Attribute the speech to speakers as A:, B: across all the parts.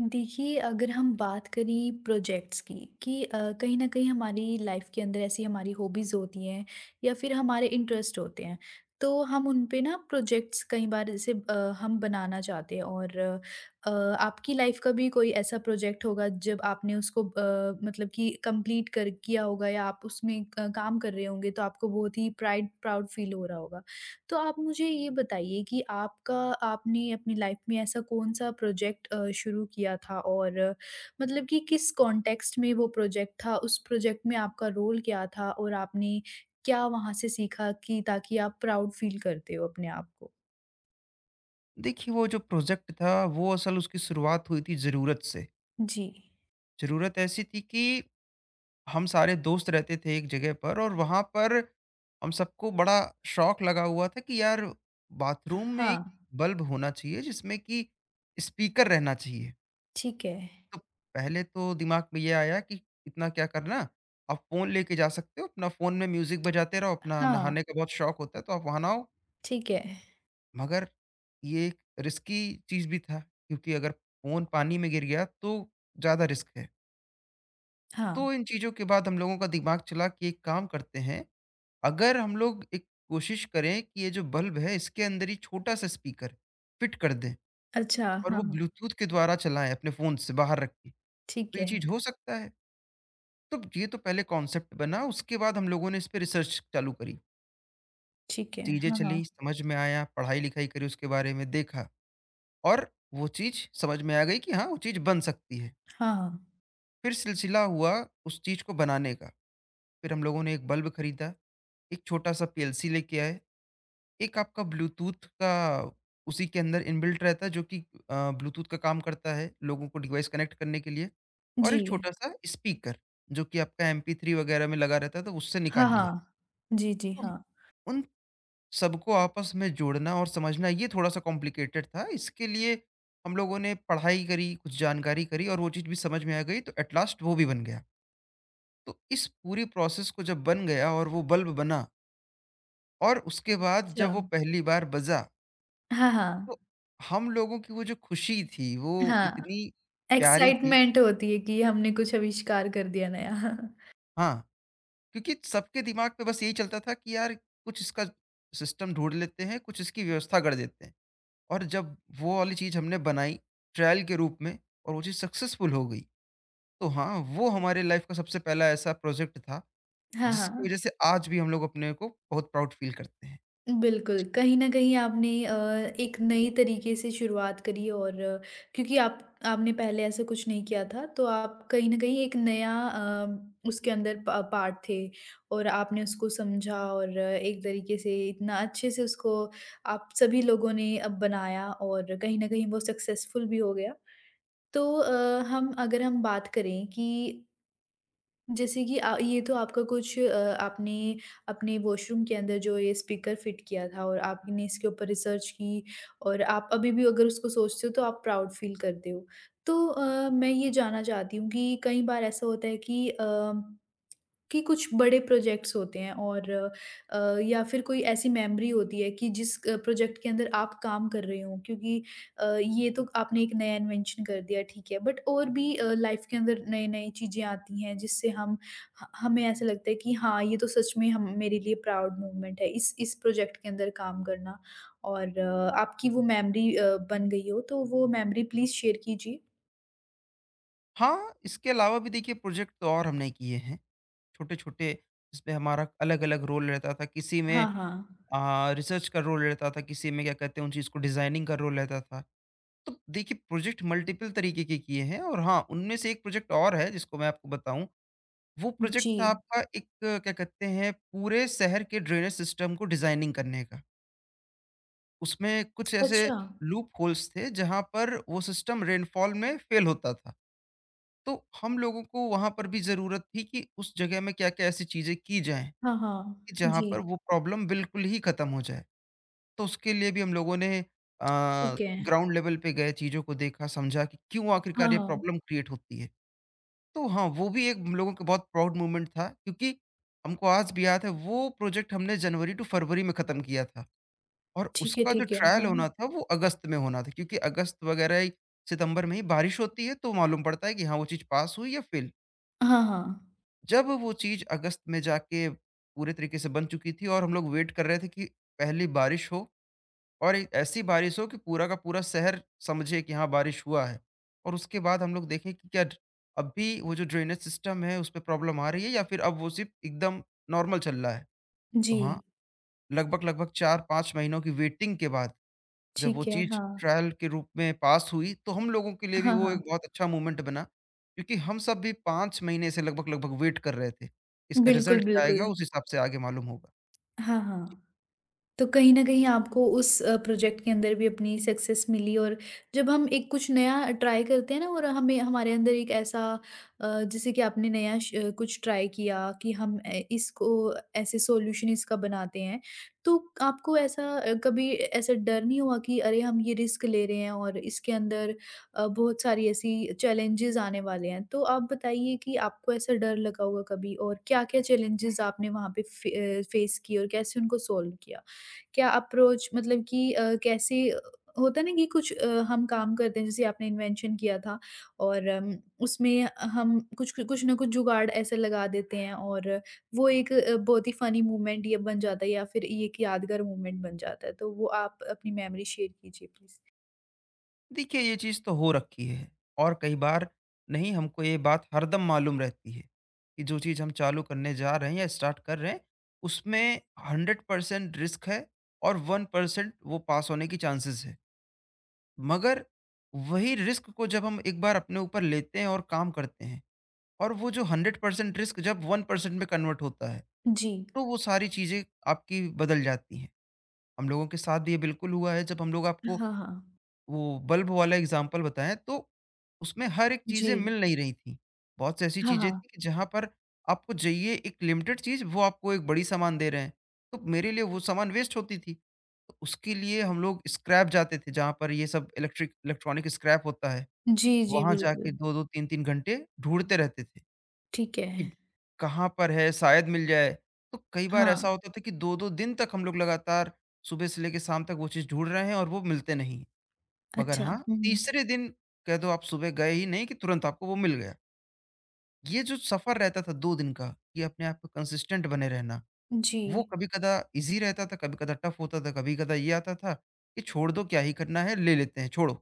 A: देखिए, अगर हम बात करें प्रोजेक्ट्स की कि कहीं न कहीं हमारी लाइफ़ के अंदर ऐसी हमारी हॉबीज़ होती हैं या फिर हमारे इंटरेस्ट होते हैं। तो हम उन पे ना प्रोजेक्ट्स कई बार जैसे हम बनाना चाहते हैं और आपकी लाइफ़ का भी कोई ऐसा प्रोजेक्ट होगा जब आपने उसको मतलब कि कंप्लीट कर किया होगा या आप उसमें काम कर रहे होंगे तो आपको बहुत ही प्राइड प्राउड फ़ील हो रहा होगा। तो आप मुझे ये बताइए कि आपका आपने अपनी लाइफ में ऐसा कौन-सा प्रोजेक्ट शुरू किया था और मतलब कि किस कॉन्टेक्स्ट में वो प्रोजेक्ट था? उस प्रोजेक्ट में आपका रोल क्या था? और आपने क्या वहाँ से सीखा कि ताकि आप प्राउड फ़ील करते हो अपने आप को?
B: देखिए वो जो प्रोजेक्ट था वो असल उसकी शुरुआत हुई थी ज़रूरत से।
A: जी।
B: ज़रूरत ऐसी थी कि हम सारे दोस्त रहते थे एक जगह पर और वहाँ पर हम सबको बड़ा शौक लगा हुआ था कि यार बाथरूम में
A: हाँ,
B: एक बल्ब होना चाहिए जिसमें कि स्पीकर रहना चाहिए।
A: ठीक है।
B: तो पहले तो दिमाग में ये आया कि इतना क्या करना, आप फ़ोन लेके जा सकते हो, अपना फ़ोन में म्यूज़िक बजाते रहो, अपना
A: हाँ,
B: नहाने का बहुत शौक होता है तो आप वहाँ नहाओ।
A: ठीक है।
B: मगर ये एक रिस्की चीज़ भी था, क्योंकि अगर फ़ोन पानी में गिर गया तो ज़्यादा रिस्क है।
A: हाँ,
B: तो इन चीज़ों के बाद हम लोगों का दिमाग चला कि एक काम करते हैं, अगर हम लोग एक कोशिश करें कि ये जो बल्ब है इसके अंदर ही छोटा-सा स्पीकर फ़िट कर दें
A: अच्छा,
B: और वो
A: हाँ, हाँ,
B: ब्लूटूथ के द्वारा चलाएँ अपने फ़ोन से बाहर रख के, तो
A: ठीक
B: ये चीज़
A: है,
B: हो सकता है। तो ये तो पहले कॉन्सेप्ट बना, उसके बाद हम लोगों ने इस पे रिसर्च चालू करी।
A: ठीक है।
B: चीज़ें
A: हाँ, हाँ,
B: चली, समझ में आया, पढ़ाई-लिखाई करी उसके बारे में, देखा। और वो चीज़ समझ में आ गई कि हाँ, वो चीज़ बन सकती है।
A: हाँ, हाँ।
B: फिर सिलसिला हुआ उस चीज़ को बनाने का। फिर हम लोगों ने एक बल्ब खरीदा, एक छोटा-सा पीएलसी लेके आए, एक आपका ब्लूटूथ का उसी के अंदर इनबिल्ट रहता है जो कि ब्लूटूथ का काम करता है लोगों को डिवाइस कनेक्ट करने के लिए, और
A: जी,
B: एक छोटा-सा स्पीकर जो कि आपका एमपी3 वगैरह में लगा रहता है तो उससे निकाल
A: हाँ,
B: लिया।
A: हाँ। जी, जी,
B: तो
A: हाँ।
B: उन सबको आपस में जोड़ना और समझना ये थोड़ा-सा कॉम्प्लिकेटेड था। इसके लिए हम लोगों ने पढ़ाई करी, कुछ जानकारी करी और वो चीज़ भी समझ में आ गई, तो एट लास्ट वो भी बन गया। तो इस पूरी प्रोसेस को जब बन गया और वो बल्ब बना, और उसके बाद जब
A: अच्छा।
B: वो पहली बार बजा,
A: हाँ, हाँ,
B: तो हम लोगों की वो जो खुशी थी वो
A: हाँ।
B: इतनी प्यारी थी,
A: एक्साइटमेंट होती है कि हमने कुछ आविष्कार कर दिया नया।
B: हाँ, क्योंकि सबके दिमाग में बस यही चलता था कि यार कुछ इसका सिस्टम ढूँढ लेते हैं, कुछ इसकी व्यवस्था कर देते हैं। और जब वो वाली चीज़ हमने बनाई ट्रायल के रूप में, और वो चीज़ सक्सेसफुल हो गई, तो हाँ, वो हमारे लाइफ़ का सबसे पहला ऐसा प्रोजेक्ट था,
A: हाँ,
B: जिसकी
A: हाँ।
B: वज़ह से आज भी हम लोग अपने को बहुत प्राउड फ़ील करते हैं।
A: बिल्कुल, कहीं न कहीं आपने एक नई तरीके से शुरुआत करी और क्योंकि आप आपने पहले ऐसा कुछ नहीं किया था, तो आप कहीं न कहीं एक नया उसके अंदर पा पार्ट थे और आपने उसको समझा और एक तरीके से इतना अच्छे से उसको आप सभी लोगों ने अब बनाया और कहीं न कहीं वो सक्सेसफुल भी हो गया। तो हम अगर हम बात करें कि जैसे कि ये तो आपका कुछ आपने अपने वॉशरूम के अंदर जो ये स्पीकर फिट किया था और आपने इसके ऊपर रिसर्च की और आप अभी भी अगर उसको सोचते हो तो आप प्राउड फील करते हो। तो मैं ये जानना चाहती हूँ कि कई बार ऐसा होता है कि कि कुछ बड़े प्रोजेक्ट्स होते हैं और अ, या फिर कोई ऐसी मेमोरी होती है कि जिस प्रोजेक्ट के अंदर आप काम कर रहे हो क्योंकि ये तो आपने एक नया इन्वेंशन कर दिया ठीक है बट और भी लाइफ के अंदर नई नई चीज़ें आती हैं जिससे हम हमें ऐसा लगता है कि हाँ ये तो सच में हम मेरे लिए प्राउड मूवमेंट है इस प्रोजेक्ट के अंदर काम करना और आपकी वो मेमोरी बन गई हो तो वो मेमोरी प्लीज़ शेयर कीजिए
B: हाँ, इसके अलावा भी देखिए प्रोजेक्ट तो और हमने किए हैं, छोटे-छोटे, जिसमें हमारा अलग-अलग रोल रहता था। किसी
A: हाँ
B: में
A: हाँ
B: रिसर्च का रोल रहता था, किसी में क्या कहते हैं उन चीज़ को डिज़ाइनिंग का रोल रहता था। तो देखिए प्रोजेक्ट मल्टीपल तरीके के किए हैं, और हाँ, उनमें से एक प्रोजेक्ट और है जिसको मैं आपको बताऊँ। वो प्रोजेक्ट
A: जी
B: था आपका एक क्या कहते हैं पूरे शहर के ड्रेनेज सिस्टम को डिजाइनिंग करने का। उसमें कुछ ऐसे
A: अच्छा
B: लूप होल्स थे जहाँ पर वो सिस्टम रेनफॉल में फेल होता था। तो हम लोगों को वहाँ पर भी ज़रूरत थी कि उस जगह में क्या-क्या ऐसी चीज़ें की जाएँ,
A: हाँ हाँ
B: कि जहाँ
A: जी
B: पर वो प्रॉब्लम बिल्कुल ही खत्म हो जाए। तो उसके लिए भी हम लोगों ने, अ,
A: ठीक है
B: ग्राउंड लेवल पे गए, चीज़ों को देखा, समझा कि क्यों आखिरकार ये
A: हाँ,
B: प्रॉब्लम क्रिएट होती है। तो हाँ, वो भी एक हम लोगों का बहुत प्राउड मोमेंट था, क्योंकि हमको आज भी याद है वो प्रोजेक्ट हमने जनवरी टू फरवरी में ख़त्म किया था, और
A: ठीक है,
B: उसका जो
A: ठीक है।
B: ट्रायल
A: हाँ।
B: होना था वो अगस्त में होना था, क्योंकि अगस्त वगैरह ही सितंबर में ही बारिश होती है, तो मालूम पड़ता है कि हाँ, वो चीज़ पास हुई या फेल।
A: हाँ, हाँ।
B: जब वो चीज़ अगस्त में जाके पूरे तरीके से बन चुकी थी, और हम लोग वेट कर रहे थे कि पहली बारिश हो, और एक ऐसी बारिश हो कि पूरा का पूरा शहर समझे कि हाँ बारिश हुआ है, और उसके बाद हम लोग देखें कि क्या अब भी वो जो ड्रेनेज सिस्टम है उसमें प्रॉब्लम आ रही है या फिर अब वो सिर्फ एकदम नॉर्मल चल रहा है। तो
A: जी,
B: हाँ, लगभग लगभग 4-5 महीनों की वेटिंग के बाद जब वो
A: ठीक है।
B: चीज़
A: हाँ।
B: ट्रायल के रूप में पास हुई, तो हम लोगों के लिए भी
A: हाँ,
B: वो एक
A: हाँ।
B: बहुत अच्छा मोमेंट बना, क्योंकि हम सब भी 5 महीने से लगभग लगभग वेट कर रहे थे। इसका
A: बिल्कुल,
B: रिज़ल्ट क्या
A: बिल्कुल।
B: आएगा उस हिसाब से आगे मालूम होगा।
A: हाँ, हाँ। तो कहीं न कहीं आपको उस प्रोजेक्ट के अंदर भी अपनी सक्सेस मिली और जब हम एक कुछ नया ट्राई करते हैं ना और हमें हमारे अंदर एक ऐसा अ, जैसे कि आपने नया कुछ ट्राई किया कि हम ए इसको ऐसे सॉल्यूशन इसका बनाते हैं, तो आपको ऐसा कभी ऐसा डर नहीं हुआ कि अरे! हम ये रिस्क ले रहे हैं और इसके अंदर बहुत सारी ऐसी चैलेंजेज़ आने वाले हैं। तो आप बताइए कि आपको ऐसा डर लगा होगा कभी और क्या-क्या चैलेंजेज़ आपने वहाँ पे फेस किए और कैसे उनको सॉल्व किया? क्या अप्रोच मतलब कि कैसे होता है ना कि कुछ हम काम करते हैं जैसे आपने इन्वेंशन किया था और उसमें हम कुछ कुछ ना कुछ जुगाड़ ऐसे लगा देते हैं और वो एक बहुत ही फनी मोमेंट ये बन जाता है या फिर ये एक यादगार मोमेंट बन जाता है तो वो आप अपनी मेमोरी शेयर कीजिए प्लीज
B: देखिए ये चीज़ तो हो रखी है, और कई बार नहीं, हमको ये बात हरदम मालूम रहती है कि जो चीज़ हम चालू करने जा रहे हैं या स्टार्ट कर रहे हैं, उसमें 100% रिस्क है और 1% वो पास होने की चांसेस है। मगर वही रिस्क को जब हम एक बार अपने ऊपर लेते हैं और काम करते हैं, और वो जो 100% रिस्क जब 1% में कन्वर्ट होता है,
A: जी
B: तो वो सारी चीज़ें आपकी बदल जाती हैं। हम लोगों के साथ भी ये बिल्कुल हुआ है। जब हम लोग आपको
A: हाँ हाँ
B: वो बल्ब वाला एग्ज़ाम्पल बताएँ, तो उसमें हर एक
A: जी
B: चीज़ें मिल नहीं रही थी। बहुत सी ऐसी
A: हाँ
B: चीज़ें
A: हाँ
B: थी कि जहाँ पर आपको चाहिए एक लिमिटेड चीज़, वो आपको एक बड़ी सामान दे रहे हैं। तो मेरे लिए वो सामान वेस्ट होती थी। तो उसके लिए हम लोग स्क्रैप जाते थे, जहाँ पर ये सब इलेक्ट्रिक इलेक्ट्रॉनिक स्क्रैप होता है।
A: जी जी
B: वहाँ जाके
A: बिल्कुल
B: 2-2 3-3 घंटे ढूँढते रहते थे
A: ठीक
B: कि
A: है
B: कहाँ पर है, शायद मिल जाए। तो कई बार ऐसा
A: हाँ
B: होता था कि 2-2 दिन तक हम लोग लगातार सुबह से लेके शाम तक वो चीज़ ढूँढ रहे हैं और वो मिलते नहीं हैं। मगर
A: अच्छा
B: हाँ, तीसरे दिन, कह दो आप सुबह गए ही नहीं कि तुरंत आपको वो मिल गया। ये जो सफ़र रहता था 2 दिन का, ये अपने आप को कंसिस्टेंट बने रहना, वो
A: जी
B: कभी-कदा ईज़ी रहता था, कभी-कदा टफ़ होता था, कभी-कदा ये आता था कि छोड़ दो क्या ही करना है, ले लेते हैं, छोड़ो।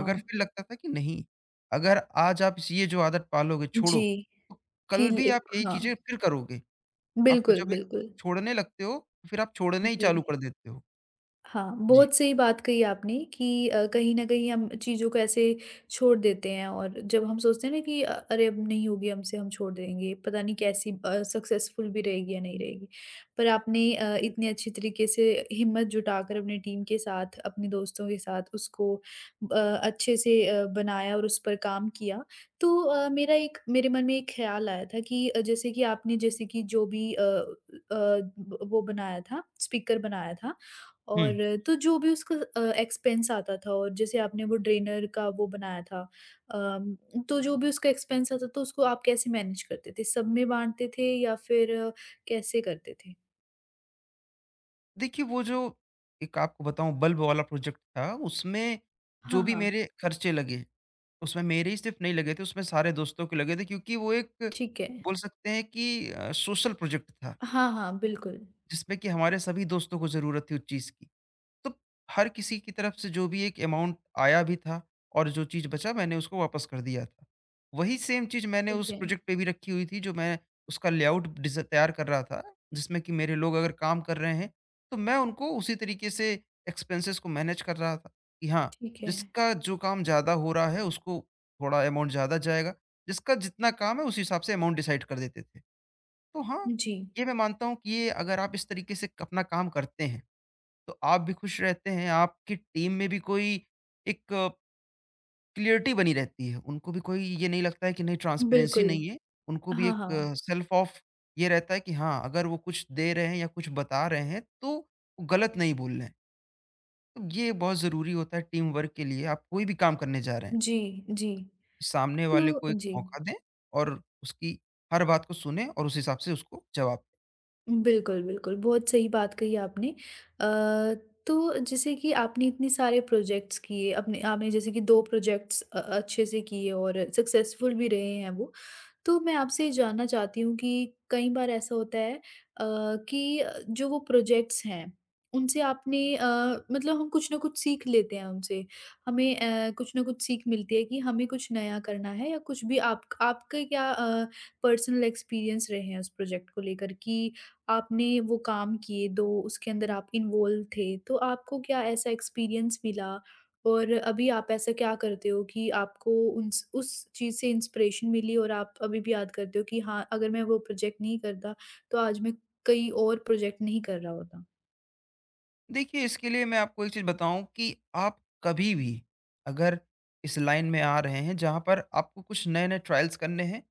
B: मगर फिर लगता था कि नहीं, अगर आज आप इस ये जो आदत पालोगे, छोड़ो,
A: जी
B: तो
A: कि
B: कल भी आप यही
A: हाँ
B: चीज़ें फिर करोगे। आपको
A: बिल्कुल
B: जब एक
A: बिल्कुल
B: छोड़ने लगते हो, तो फिर आप छोड़ना ही
A: जी।
B: चालू कर देते हो।
A: हाँ,
B: जी।
A: बहुत सही बात कही आपने कि कहीं न कहीं हम चीज़ों को ऐसे छोड़ देते हैं और जब हम सोचते हैं ना कि अरे अब नहीं होगी हमसे हम छोड़ देंगे, पता नहीं कैसी सक्सेसफुल भी रहेगी या नहीं रहेगी। पर आपने इतने अच्छे तरीके से हिम्मत जुटाकर अपनी टीम के साथ, अपने दोस्तों के साथ उसको अच्छे से बनाया और उस पर काम किया। तो मेरा एक मेरे मन में एक ख़्याल आया था कि जैसे कि आपने जैसे कि जो भी ब वो बनाया था, स्पीकर बनाया था
B: हुँ।
A: और तो जो भी उसका एक्सपेंस आता था और जैसे आपने वो ड्रेनर का वो बनाया था अम, तो जो भी उसका एक्सपेंस आता तो उसको आप कैसे मैनेज करते थे? सब में बाँटते थे या फिर कैसे करते थे?
B: देखिए, वो जो एक आपको बताऊँ बल्ब वाला प्रोजेक्ट था, उसमें
A: हाँ,
B: जो भी
A: हाँ,
B: मेरे खर्चे लगे, उसमें मेरे ही सिर्फ़ नहीं लगे थे, उसमें सारे दोस्तों के लगे थे, क्योंकि वो एक,
A: ठीक है।
B: बोल सकते हैं कि सोशल प्रोजेक्ट था,
A: हाँ, हाँ, बिल्कुल।
B: जिसमें कि हमारे सभी दोस्तों को ज़रूरत थी उस चीज़ की। तो हर किसी की तरफ से जो भी एक अमाउंट आया भी था, और जो चीज़ बचा मैंने उसको वापस कर दिया था। वही सेम चीज़ मैंने
A: ठीक
B: उस
A: है,
B: प्रोजेक्ट पे भी रखी हुई थी। जो मैं उसका लेआउट डिज़ तैयार कर रहा था, जिसमें कि मेरे लोग अगर काम कर रहे हैं, तो मैं उनको उसी तरीके से एक्सपेंसेस को मैनेज कर रहा था कि हाँ,
A: ठीक है।
B: जिसका जो काम ज़्यादा हो रहा है उसको थोड़ा अमाउंट ज़्यादा जाएगा, जिसका जितना काम है उस हिसाब से अमाउंट डिसाइड कर देते थे। तो हाँ,
A: जी,
B: ये मैं मानता हूँ कि ये अगर आप इस तरीके से अपना काम करते हैं, तो आप भी खुश रहते हैं, आपकी टीम में भी कोई एक क्लियरिटी बनी रहती है। उनको भी कोई ये नहीं लगता है कि नहीं, ट्रांसपेरेंसी
A: बिल्कुल।
B: नहीं है, उनको भी
A: हाँ,
B: एक
A: हाँ।
B: सेल्फ ऑफ ये रहता है कि हाँ, अगर वो कुछ दे रहे हैं या कुछ बता रहे हैं, तो वो गलत नहीं बोल रहे हैं। तो ये बहुत ज़रूरी होता है टीम वर्क के लिए। आप कोई भी काम करने जा रहे हैं,
A: जी, जी।
B: सामने
A: तो
B: वाले को एक
A: जी।
B: मौका दें और उसकी हर बात को सुनें और उस हिसाब से उसको जवाब।
A: बिल्कुल, बिल्कुल। बहुत सही बात कही आपने। अ, तो जैसे कि आपने इतने सारे प्रोजेक्ट्स किए, अपने आपने जैसे कि 2 प्रोजेक्ट्स अच्छे से किए और सक्सेसफुल भी रहे हैं वो। तो मैं आपसे ये जानना चाहती हूँ कि कई बार ऐसा होता है कि जो वो प्रोजेक्ट्स हैं उनसे आपने मतलब हम कुछ ना कुछ सीख लेते हैं उनसे। हमें कुछ ना कुछ सीख मिलती है कि हमें कुछ नया करना है या कुछ भी आप आपके क्या पर्सनल एक्सपीरियंस रहे हैं उस प्रोजेक्ट को लेकर कि आपने वो काम किए 2 उसके अंदर आप इन्वॉल्व थे। तो आपको क्या ऐसा एक्सपीरियंस मिला और अभी आप ऐसा क्या करते हो कि आपको उन्स उस चीज़ से इंस्पिरेशन मिली और आप अभी भी याद करते हो कि हाँ, अगर मैं वो प्रोजेक्ट नहीं करता, तो आज मैं कई और प्रोजेक्ट नहीं कर रहा होता?
B: देखिए, इसके लिए मैं आपको एक चीज़ बताऊँ कि आप कभी भी अगर इस लाइन में आ रहे हैं जहाँ पर आपको कुछ नए-नए ट्रायल्स करने हैं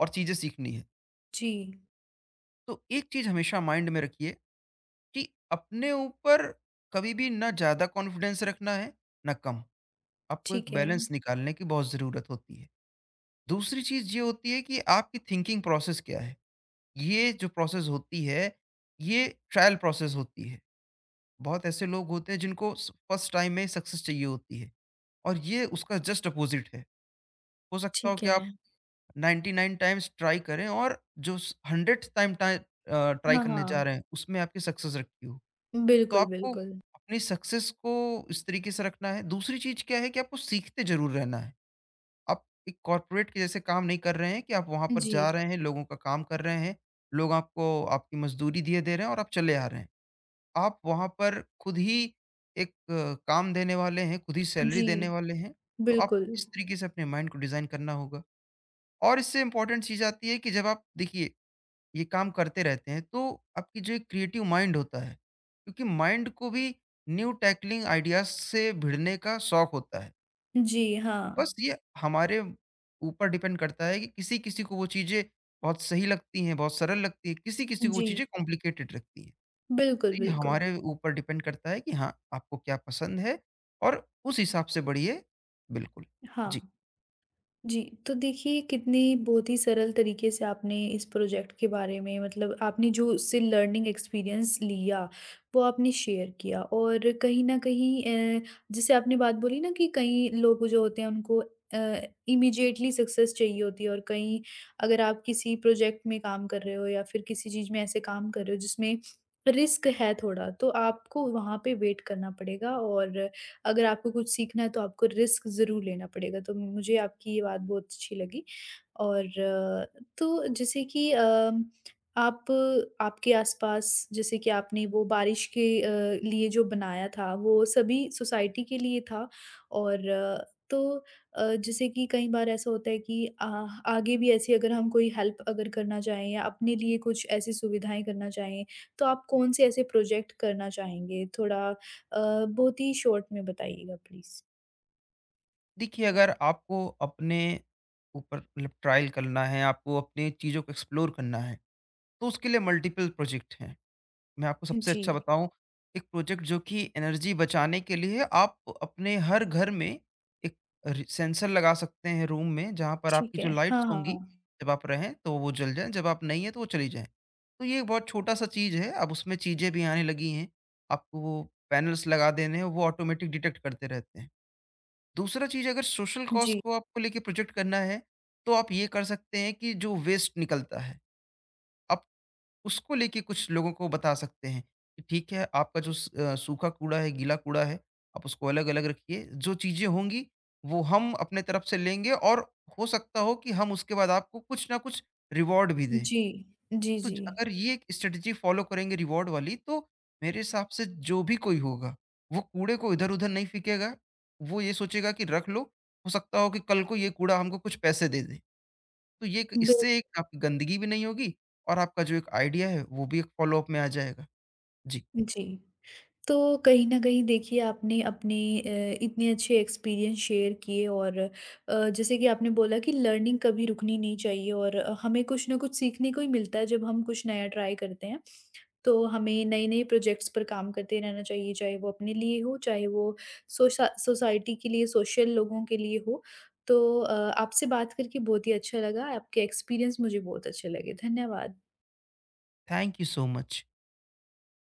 B: और चीज़ें सीखनी है,
A: जी,
B: तो एक चीज़ हमेशा माइंड में रखिए, कि अपने ऊपर कभी भी ना ज़्यादा कॉन्फिडेंस रखना है, ना कम। आपको एक
A: ठीक है।
B: बैलेंस निकालने की बहुत ज़रूरत होती है। दूसरी चीज़ ये होती है कि आपकी थिंकिंग प्रोसेस क्या है? ये जो प्रोसेस होती है, ये ट्रायल प्रोसेस होती है। बहुत ऐसे लोग होते हैं जिनको स फर्स्ट टाइम में सक्सेस चाहिए होती है। और ये उसका जस्ट अपोजिट है। हो सकता हो
A: ठीक
B: कि आप
A: है।
B: 99 टाइम्स ट्राई करें और जो स 100th टाइम ट्राई
A: हाँ,
B: करने जा
A: हाँ।
B: रहे हैं, उसमें आपकी सक्सेस रखी हो। तो
A: बिल्कुल,
B: आपको
A: बिल्कुल।
B: अपनी सक्सेस को इस तरीके से रखना है। दूसरी चीज़ क्या है कि आपको सीखते ज़रूर रहना है। आप एक कॉर्पोरेट के जैसे काम नहीं कर रहे हैं, कि आप वहाँ पर
A: जी,
B: जा रहे हैं, लोगों का काम कर रहे हैं, लोग आपको आपकी मज़दूरी दिए दे रहे हैं और आप चले आ रहे हैं। आप वहाँ पर खुद ही एक काम देने वाले हैं, खुद ही सैलरी
A: जी,
B: देने वाले हैं, तो आप
A: बिल्कुल।
B: इस तरीके से अपने माइंड को डिज़ाइन करना होगा। और इससे इम्पोर्टेंट चीज़ आती है कि जब आप देखिए, ये काम करते रहते हैं तो आपकी जो एक क्रिएटिव माइंड होता है, क्योंकि माइंड को भी न्यू टैकलिंग आइडियाज़ से भिड़ने का शौक होता है।
A: जी, हाँ।
B: बस ये हमारे ऊपर डिपेंड करता है कि किसी-किसी को वो चीज़ें बहुत सही लगती हैं, बहुत सरल लगती हैं, किसी-किसी को वो
A: जी,
B: चीज़ें कॉम्प्लिकेटेड लगती हैं।
A: बिल्कुल,
B: तो ये
A: बिल्कुल।
B: हमारे ऊपर डिपेंड करता है कि हाँ, आपको क्या पसंद है और उस हिसाब से बढ़िए, बिल्कुल। जी,
A: हाँ। जी, तो देखिए कितने बहुत ही सरल तरीके से आपने इस प्रोजेक्ट के बारे में मतलब आपने जो उससे लर्निंग एक्सपीरियंस लिया, वो आपने शेयर किया और कहीं न कहीं अ, जैसे आपने बात बोली ना कि कई लोग जो होते हैं उनको इमीडिएटली सक्सेस चाहिए होती है और कहीं अगर आप किसी प्रोजेक्ट में काम कर रहे हो या फिर किसी चीज़ में ऐसे काम कर रहे हो जिसमें रिस्क है थोड़ा, तो आपको वहाँ पे वेट करना पड़ेगा और अगर आपको कुछ सीखना है तो आपको रिस्क ज़रूर लेना पड़ेगा। तो मुझे आपकी ये बात बहुत अच्छी लगी और तो जैसे कि आप आपके आस-पास जैसे कि आपने वो बारिश के लिए जो बनाया था वो सभी सोसाइटी के लिए था और तो जैसे कि कई बार ऐसा होता है कि आगे भी ऐसी अगर हम कोई हेल्प अगर करना चाहें या अपने लिए कुछ ऐसी सुविधाएँ करना चाहें, तो आप कौन से ऐसे प्रोजेक्ट करना चाहेंगे? थोड़ा बहुत ही शॉर्ट में बताइएगा प्लीज़।
B: देखिए अगर आपको अपने ऊपर मतलब ट्रायल करना है, आपको अपनी चीज़ों को एक्सप्लोर करना है, तो उसके लिए मल्टीपल प्रोजेक्ट हैं। मैं आपको सबसे
A: जी,
B: अच्छा बताऊँ, एक प्रोजेक्ट जो कि एनर्जी बचाने के लिए, आप अपने हर घर में एक रि सेंसर लगा सकते हैं रूम में, जहाँ पर आपकी
A: ठीक है।
B: जो लाइट्स
A: हाँ,
B: होंगी,
A: हाँ।
B: जब आप रहें तो वो जल जाएँ, जब आप नहीं हैं तो वो चली जाएँ। तो ये एक बहुत छोटा-सा चीज़ है, अब उसमें चीज़ें भी आने लगी हैं, आपको वो पैनल्स लगा देने हैं, वो ऑटोमेटिक डिटेक्ट करते रहते हैं। दूसरा चीज़ अगर सोशल कॉज़
A: जी,
B: को आपको लेके प्रोजेक्ट करना है, तो आप ये कर सकते हैं कि जो वेस्ट निकलता है, आप उसको लेके कुछ लोगों को बता सकते हैं कि ठीक है, आपका जो सूखा कूड़ा है, गीला कूड़ा है, आप उसको अलग अलग रखिए, जो चीज़ें होंगी वो हम अपने तरफ से लेंगे, और हो सकता हो कि हम उसके बाद आपको कुछ ना कुछ रिवॉर्ड भी दें।
A: जी, जी,
B: तो
A: जी।
B: अगर ये एक स्ट्रेटजी फॉलो करेंगे रिवॉर्ड वाली, तो मेरे हिसाब से जो भी कोई होगा वो कूड़े को इधर उधर नहीं फेंकेगा। वो ये सोचेगा कि रख लो, हो सकता हो कि कल को ये कूड़ा हमको कुछ पैसे दे दे। तो ये एक,
A: बिल
B: इससे एक आपकी गंदगी भी नहीं होगी और आपका जो एक आइडिया है वो भी एक फ़ॉलो अप में आ जाएगा। जी,
A: जी। तो कहीं न कहीं देखिए आपने अपने इतने अच्छे एक्सपीरियंस शेयर किए और जैसे कि आपने बोला कि लर्निंग कभी रुकनी नहीं चाहिए और हमें कुछ ना कुछ सीखने को ही मिलता है जब हम कुछ नया ट्राई करते हैं। तो हमें नए-नए प्रोजेक्ट्स पर काम करते रहना चाहिए, चाहे वो अपने लिए हो, चाहे वो सोशा सोसाइटी के लिए, सोशल लोगों के लिए हो। तो अ, आपसे बात करके बहुत ही अच्छा लगा, आपके एक्सपीरियंस मुझे बहुत अच्छे लगे। धन्यवाद।
B: Thank you so much.